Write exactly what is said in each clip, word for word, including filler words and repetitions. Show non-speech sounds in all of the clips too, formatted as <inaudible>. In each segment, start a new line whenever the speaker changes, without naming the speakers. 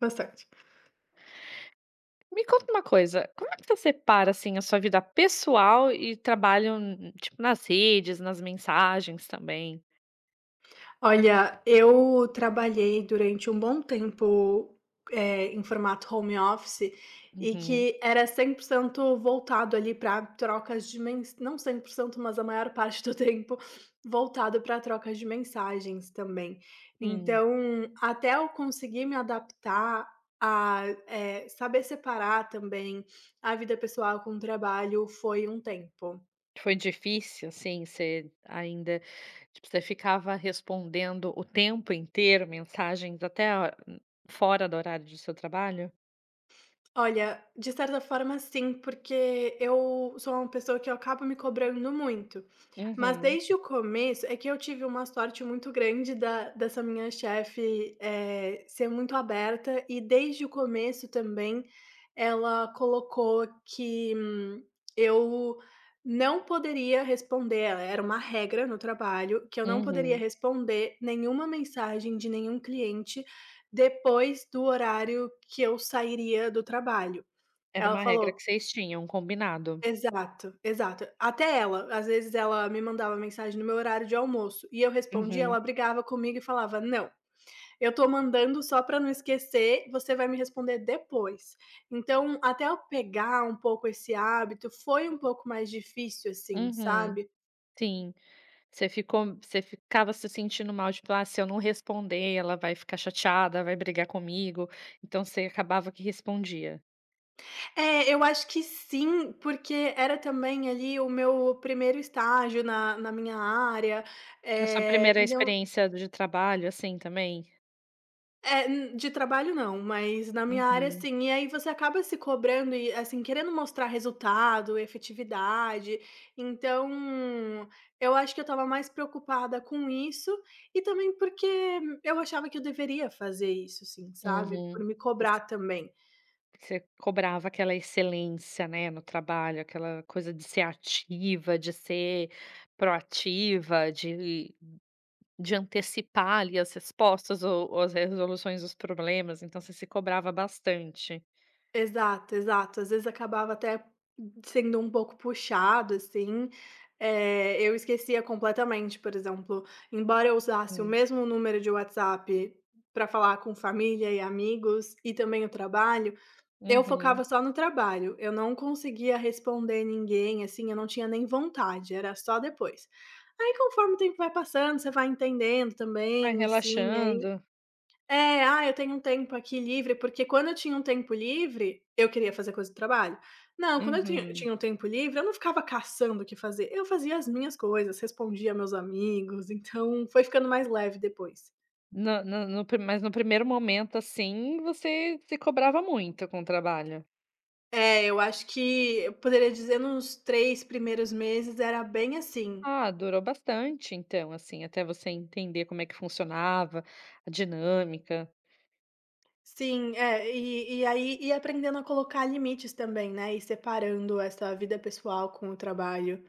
Bastante.
Me conta uma coisa, como é que você separa, assim, a sua vida pessoal e trabalho, hum, tipo, nas redes, nas mensagens também?
Olha, eu trabalhei durante um bom tempo, eh, em formato home office e
Uhum.
que era cem por cento voltado ali para trocas de mens não cem por cento, mas a maior parte do <laughs> tempo voltado para trocas de mensagens também.
Sim.
Então, até eu conseguir me adaptar a, eh, saber separar também a vida pessoal com o trabalho, foi um tempo.
Foi difícil, assim, você ainda tipo, você ficava respondendo o tempo inteiro mensagens até a fora do horário do seu trabalho?
Olha, de certa forma sim, porque eu sou uma pessoa que eu acabo me cobrando muito. Mas
Uhum,
desde o começo é que eu tive uma sorte muito grande da dessa minha chefe, eh, ser muito aberta, e desde o começo também ela colocou que hum, eu não poderia responder ela- era uma regra no trabalho que eu não poderia
uhum.
responder nenhuma mensagem de nenhum cliente depois do horário que eu sairia do trabalho.
Era
Ela
uma regra
falou
que vocês tinham, um combinado.
exato, exato. Até ela, às vezes ela me mandava mensagem no meu horário de almoço e eu respondia,
Uhum,
ela brigava comigo e falava: "Não, eu tô mandando só para não esquecer, você vai me responder depois". Então, até eu pegar um pouco esse hábito, foi um pouco mais difícil, assim,
uhum.
sabe.
Sim. Você ficou você ficava se sentindo mal, tipo: "Ah, se eu não responder, ela vai ficar chateada, vai brigar comigo", então você acabava que respondia.
É, eu acho que sim, porque era também ali o meu primeiro estágio na na minha área,
Na sua
eh,
primeira
então...
experiência de trabalho, assim, também?
É, hum, de trabalho não, mas na minha área
Uhum,
sim. E aí você acaba se cobrando e, assim, querendo mostrar resultado, efetividade. Então, eu acho que eu estava mais preocupada com isso, e também porque eu achava que eu deveria fazer isso, sim, sabe? Por
uhum.
me
Você
cobrar também.
você cobrava aquela excelência, né, no trabalho, aquela coisa de ser ativa, de ser proativa, de de antecipar ali as respostas ou ou as resoluções dos problemas, então você se cobrava bastante.
Exato, exato. Às vezes acabava até sendo um pouco puxado, assim, eh, eu esquecia completamente, por exemplo, embora eu usasse o
Hum,
mesmo número de WhatsApp para falar com família e amigos, e também o trabalho, eu
uhum.
focava só no trabalho, eu não conseguia responder ninguém, assim, eu não tinha nem vontade, era só depois. Aí conforme o tempo vai passando, você vai entendendo
Vai
também, assim,
relaxando.
aí é, ah, eu tenho um tempo aqui livre, porque quando eu tinha um tempo livre, eu queria fazer coisa do trabalho. Não, quando eu tinha
Uhum.
tinha um tempo livre, eu não ficava caçando o que fazer, eu fazia as minhas coisas, respondia meus amigos, então foi ficando mais leve depois.
No no no pri mas no primeiro momento, assim, você se cobrava muito com o trabalho?
É, eu acho que eu poderia dizer, nos três primeiros meses era bem assim.
Ah, durou bastante então, assim, até você entender como é que funcionava, a dinâmica.
Sim, é, e e aí, e aprendendo a colocar limites também, né, e separando essa vida pessoal com o trabalho.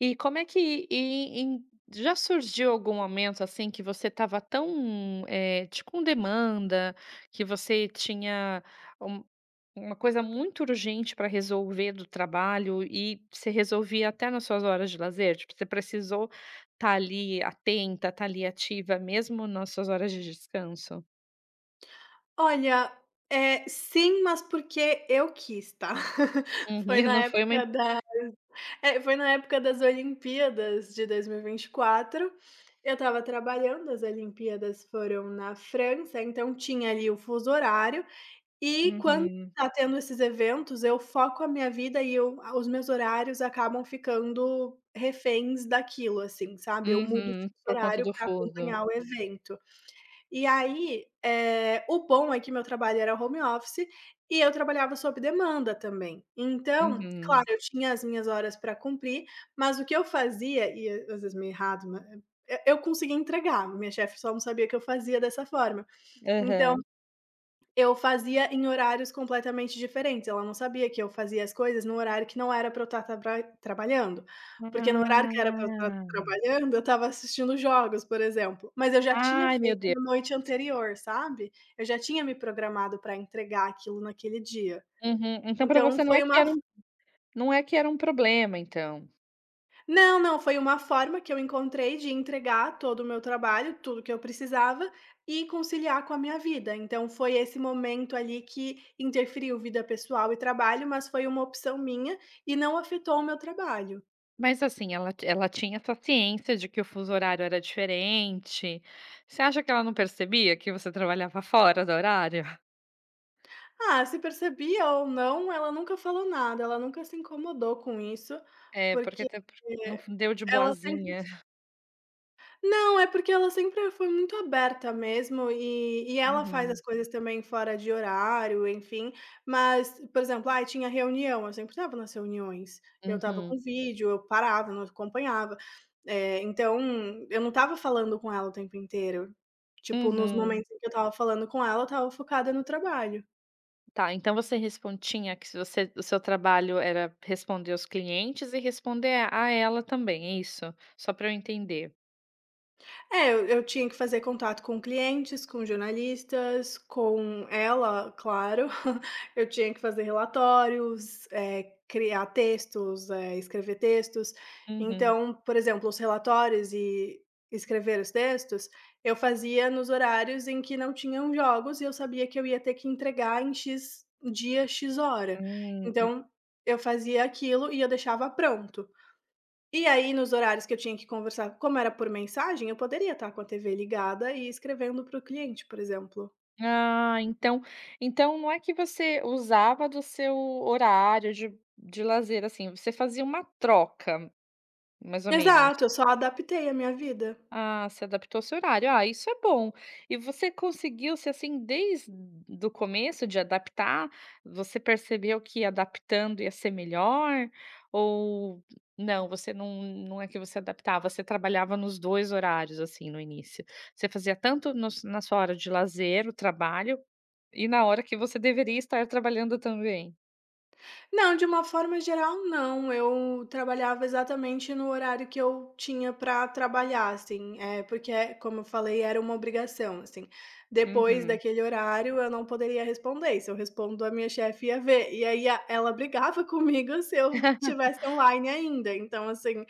E como é que e em Já surgiu algum momento, assim, que você estava tão, eh, de com demanda, que você tinha um uma coisa muito urgente para resolver do trabalho e você resolvia até nas suas horas de lazer? Tipo, você precisou estar ali atenta, estar ali ativa mesmo nas suas horas de descanso?
Olha, eh, sim, mas porque eu quis, tá. <laughs> Foi
Uhum,
na
não foi uma im
época da eh, foi na época das Olimpíadas de dois mil e vinte e quatro. Eu estava trabalhando, as Olimpíadas foram na França, então tinha ali o fuso horário, e quando
uhum,
tá tendo esses eventos, eu foco a minha vida, e eu os meus horários acabam ficando reféns daquilo, assim, sabe, eu mudo de
uhum,
fuso
por conta
horário
do
para
fuso.
acompanhar o evento. E aí, eh, o bom é que meu trabalho era home office e eu trabalhava sob demanda também. Então, claro,
Uhum.
eu tinha as minhas horas para cumprir, mas o que eu fazia, e às vezes meio errado, ma eu eu conseguia entregar, minha chefe só não sabia que eu fazia dessa forma. Então,
Aham.
eu fazia em horários completamente diferentes, ela não sabia que eu fazia as coisas no horário que não era para eu estar trabalhando, porque no horário que era para eu estar
Ah.
trabalhando, eu estava assistindo jogos, por exemplo, mas eu já tinha
Ai, meu
feito
Deus.
na noite anterior, sabe, eu já tinha me programado para entregar aquilo naquele dia.
Uhum. Então para
Então
você não é
foi
que
uma
era um não é que era um problema, então?
Não, não, foi uma forma que eu encontrei de entregar todo o meu trabalho, tudo que eu precisava, e conciliar com a minha vida. Então, foi esse momento ali que interferiu vida pessoal e trabalho, mas foi uma opção minha e não afetou o meu trabalho.
Mas assim, ela ti ela tinha essa ciência de que o fuso horário era diferente. Você acha que ela não percebia que você trabalhava fora do horário?
Ah, se percebia ou não, ela nunca falou nada, ela nunca se incomodou com isso,
É, porque
porque
até por não deu de
ela sempre
boazinha.
Não, é porque ela sempre foi muito aberta mesmo, e e ela faz as
Uhum.
coisas também fora de horário, enfim. Mas, por exemplo, ai, tinha reunião, eu sempre estava nas reuniões. Eu estava com
Uhum.
vídeo, eu parava, não acompanhava. Eh, então, eu não estava falando com ela o tempo inteiro. Tipo, nos
Uhum.
momentos em que eu estava falando com ela, eu estava focada no trabalho.
Tá, então você respon tinha que se você o seu trabalho era responder os clientes e responder a a ela também, é isso? Só para eu entender.
É, eu eu tinha que fazer contato com clientes, com jornalistas, com ela, claro. <laughs> Eu tinha que fazer relatórios, eh, criar textos, eh, escrever textos.
Uhum.
Então, por exemplo, os relatórios e escrever os textos, eu fazia nos horários em que não tinham jogos, e eu sabia que eu ia ter que entregar em X dia, X hora.
Hum.
Então, eu fazia aquilo e eu deixava pronto. E aí, nos horários que eu tinha que conversar, como era por mensagem, eu poderia estar com a T V ligada e escrevendo para o cliente, por exemplo.
Ah, então então não é que você usava do seu horário de de lazer, assim, você fazia uma troca, mais ou menos.
Exato, eu só adaptei a minha vida.
Ah, se adaptou o seu horário. Ah, isso é bom. E você conseguiu se assim, desde do começo de adaptar, você percebeu que adaptando ia ser melhor? Ou não, você não não é que você adaptava, você trabalhava nos dois horários, assim, no início? Você fazia tanto nos na sua hora de lazer, o trabalho e na hora que você deveria estar trabalhando também.
Não, de uma forma geral, não. Eu trabalhava exatamente no horário que eu tinha para trabalhar, assim, é, porque, é, como eu falei, era uma obrigação, assim. Depois
Uhum.
daquele horário, eu não poderia responder. E se eu respondo, a minha chefe ia ver. E aí a- ela brigava <laughs> comigo se eu tivesse online ainda. Então, assim,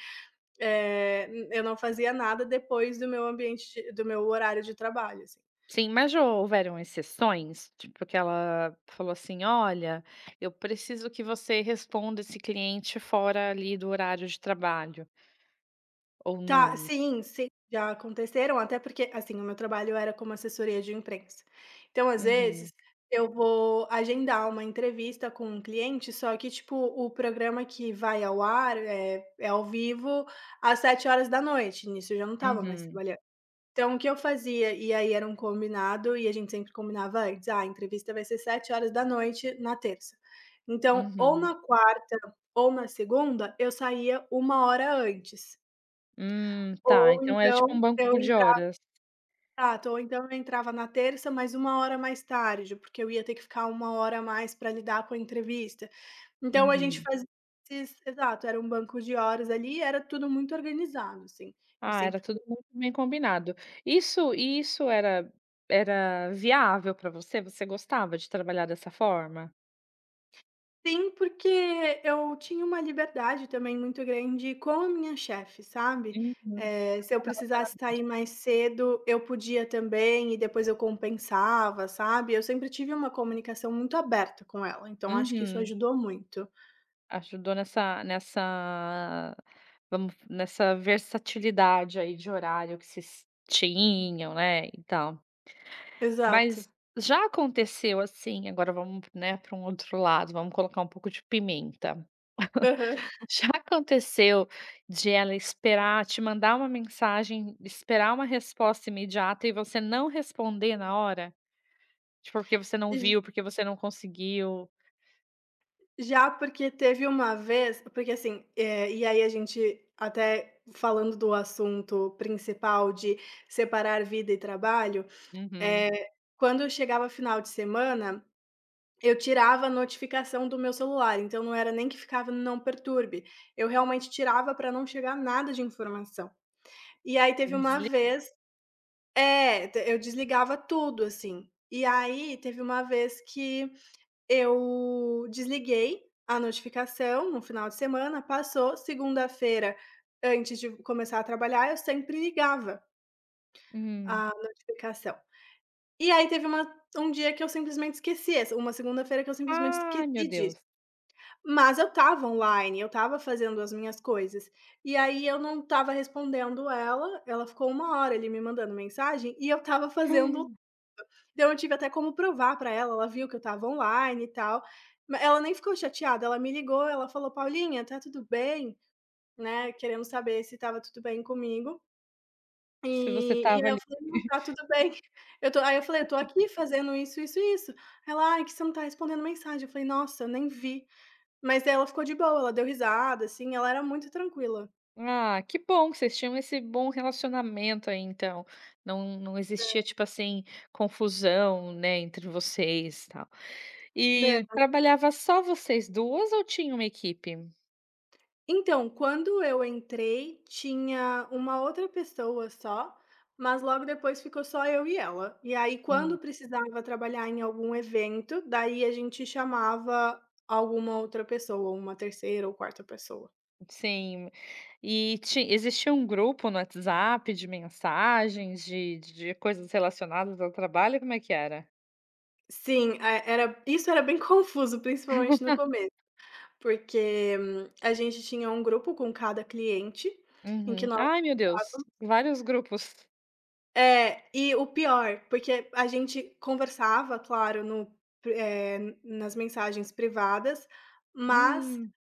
Eh, eu não fazia nada depois do meu ambiente de do meu horário de trabalho, assim.
Sim, mas já houveram exceções? Tipo, que ela falou assim: "Olha, eu preciso que você responda esse cliente fora ali do horário de trabalho", ou
Tá,
não?
sim, sim, já aconteceram, até porque, assim, o meu trabalho era como assessoria de imprensa. Então, às vezes,
Uhum,
eu vou agendar uma entrevista com um cliente, só que, tipo, o programa que vai ao ar é é ao vivo às dezenove horas. Nisso eu já não estava mais
uhum,
trabalhando. Então, o que eu fazia, e aí era um combinado e a gente sempre combinava antes: "Ah, a entrevista vai ser sete horas da noite na terça". Então, ou
uhum.
na quarta ou na segunda, eu saía uma hora antes,
Hum, tá,
ou
então era
então
tipo um
eu
banco de
entrava
horas.
ou então eu entrava na terça, mas uma hora mais tarde, porque eu ia ter que ficar uma hora a mais para lidar com a entrevista. Então a gente
Uhum.
fazia esses exato, era um banco de horas ali, era tudo muito organizado, assim, e
Ah, era
sempre...
tudo muito bem combinado. Isso isso era era viável para você? Você gostava de trabalhar dessa forma?
Sim, porque eu tinha uma liberdade também muito grande com a minha chefe, sabe.
Uhum.
Eh, se eu
Um
precisasse
relacionamento.
sair mais cedo, eu podia também, e depois eu compensava, sabe. Eu sempre tive uma comunicação muito aberta com ela, então acho que isso
Uhum.
ajudou muito.
Ajudou nessa nessa vamos nessa versatilidade aí de horário que vocês tinham, né, e tal.
Exato.
Mas já aconteceu assim, agora vamos, né, para um outro lado, vamos colocar um pouco de pimenta.
Aham.
<laughs> Já aconteceu de ela esperar te mandar uma mensagem, esperar uma resposta imediata e você não responder na hora? Tipo, porque você não
J
viu, porque você não conseguiu.
Já, porque teve uma vez, porque assim, eh, e aí a gente até falando do assunto principal de separar vida e trabalho,
Uhum.
eh, quando chegava final de semana, eu tirava a notificação do meu celular, então não era nem que ficava no não perturbe, eu realmente tirava para não chegar nada de informação. E aí teve uma
Desli
vez é, te eu desligava tudo, assim. E aí teve uma vez que eu desliguei a notificação no final de semana, passou, segunda-feira, antes de começar a trabalhar, eu sempre ligava
hum.
a notificação. E aí teve uma um dia que eu simplesmente esqueci essa uma segunda-feira que eu simplesmente
Ai, meu
esqueci disso.
Deus.
Mas eu estava online, eu estava fazendo as minhas coisas. E aí eu não estava respondendo ela, ela ficou uma hora ali me mandando mensagem, e eu estava fazendo,
Hum.
então eu tive até como provar para ela, ela viu que eu estava online e tal, ma ela nem ficou chateada, ela me ligou, ela falou: "Paulinha, tá tudo bem?", né, querendo saber se estava tudo bem comigo.
Se você
E e
estava
aí eu
ali.
falei: "Não, tá
<laughs>
tudo bem". Eu tô aí eu falei: "Eu tô aqui fazendo isso, isso e isso". Ela: "Ai, que você não tá respondendo mensagem". Eu falei: "Nossa, eu nem vi". Mas ela ficou de boa, ela deu risada, assim, ela era muito tranquila.
Ah, que bom que vocês tinham esse bom relacionamento aí então, não não existia, tipo assim, confusão, né, entre vocês, e tal.
Não.
E trabalhava só vocês duas ou tinha uma equipe?
Então, quando eu entrei, tinha uma outra pessoa só, mas logo depois ficou só eu e ela. E aí, quando
Hum,
precisava trabalhar em algum evento, daí a gente chamava alguma outra pessoa, uma terceira ou quarta pessoa.
sim. E ti Existia um grupo no WhatsApp de mensagens, de de coisas relacionadas ao trabalho, como é que era?
Sim, é, era isso, era bem <laughs> confuso, principalmente no começo, porque, hum, a gente tinha um grupo com cada cliente, em que
Uhum.
nós
Ai, meu Deus, vários grupos.
é, e o pior, porque a gente conversava, claro, no pri- eh, nas mensagens privadas, mas
Hum,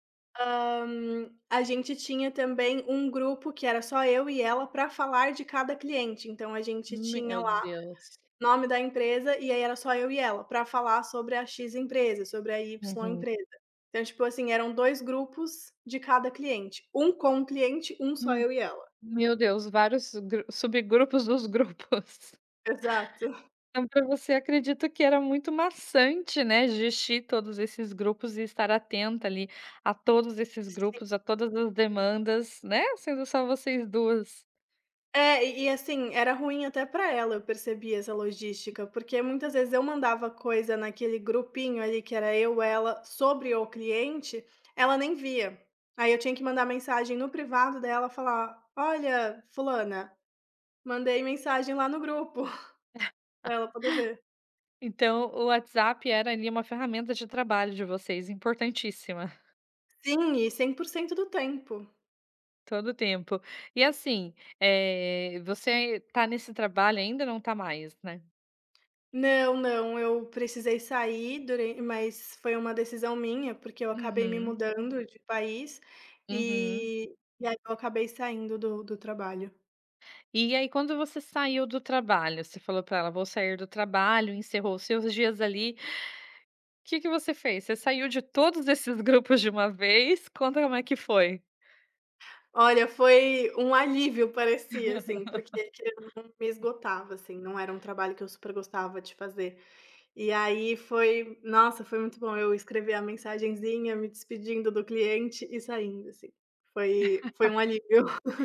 a gente tinha também um grupo que era só eu e ela para falar de cada cliente. Então, a gente tinha
meu
lá
Deus.
nome da empresa, e aí era só eu e ela para falar sobre a X empresa, sobre a Y
Uhum.
empresa. Então, tipo assim, eram dois grupos de cada cliente, um com o cliente, um só eu e ela.
Meu Deus, vários gru subgrupos dos grupos. <laughs>
Exato.
Então para você acredito que era muito maçante, né, gestir todos esses grupos e estar atenta ali a todos esses grupos, a todas as demandas, né, sendo só vocês duas.
É, e e assim, era ruim até pra ela, eu percebi essa logística, porque muitas vezes eu mandava coisa naquele grupinho ali que era eu, ela, sobre o cliente, ela nem via. Aí eu tinha que mandar mensagem no privado dela, falar: "Olha, fulana, mandei mensagem lá no grupo", <laughs> pra ela poder ver.
Então o WhatsApp era ali uma ferramenta de trabalho de vocês, importantíssima, <laughs>
Sim, e cem por cento do tempo.
todo o tempo. E assim, eh, você tá nesse trabalho ainda? Não tá mais, né?
Não, não, eu precisei sair duran mas foi uma decisão minha, porque eu acabei me
Uhum,
mudando de país,
uhum.
e e aí eu acabei saindo do do trabalho.
E aí quando você saiu do trabalho, você falou pra ela: "Vou sair do trabalho", encerrou os seus dias ali. O que que você fez? Você saiu de todos esses <laughs> grupos de uma vez? Conta como é que foi.
Olha, foi um alívio, parecia, assim, porque querendo ou não me esgotava, assim, não era um trabalho que eu super gostava de fazer. E aí foi nossa, foi muito bom, eu escrevi a mensagenzinha, me despedindo do cliente e saindo, assim. Foi foi um alívio. <laughs>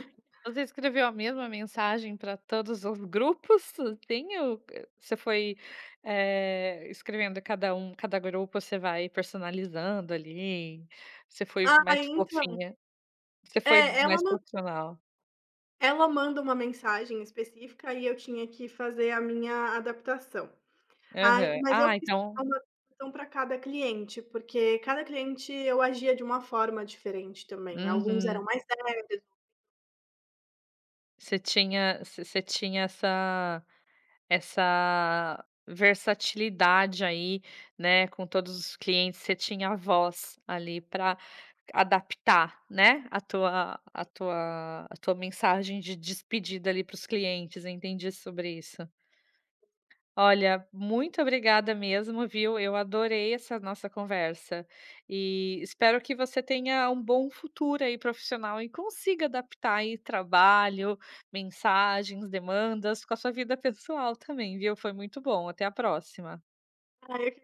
Você escreveu a mesma mensagem pra todos os grupos? Tem o você foi, eh, escrevendo cada um cada grupo você vai personalizando ali, você foi
Ah,
mais
então,
fofinha, você foi
é, ela
mais
não
profissional.
ela manda uma mensagem específica e eu tinha que fazer a minha adaptação. Aí,
Aham.
mas eu
Ah,
fiz
então
uma adaptação para cada cliente, porque cada cliente eu agia de uma forma diferente também. Alguns eram
uhum.
mais
Você tinha você você tinha essa essa versatilidade aí, né, com todos os clientes, você tinha a voz ali para adaptar, né, a tua a tua a tua mensagem de despedida ali para os clientes, entendi sobre isso. Olha, muito obrigada mesmo, viu? Eu adorei essa nossa conversa e espero que você tenha um bom futuro aí profissional e consiga adaptar aí trabalho, mensagens, demandas com a sua vida <laughs> pessoal também, viu? Foi muito bom. Até a próxima.
leves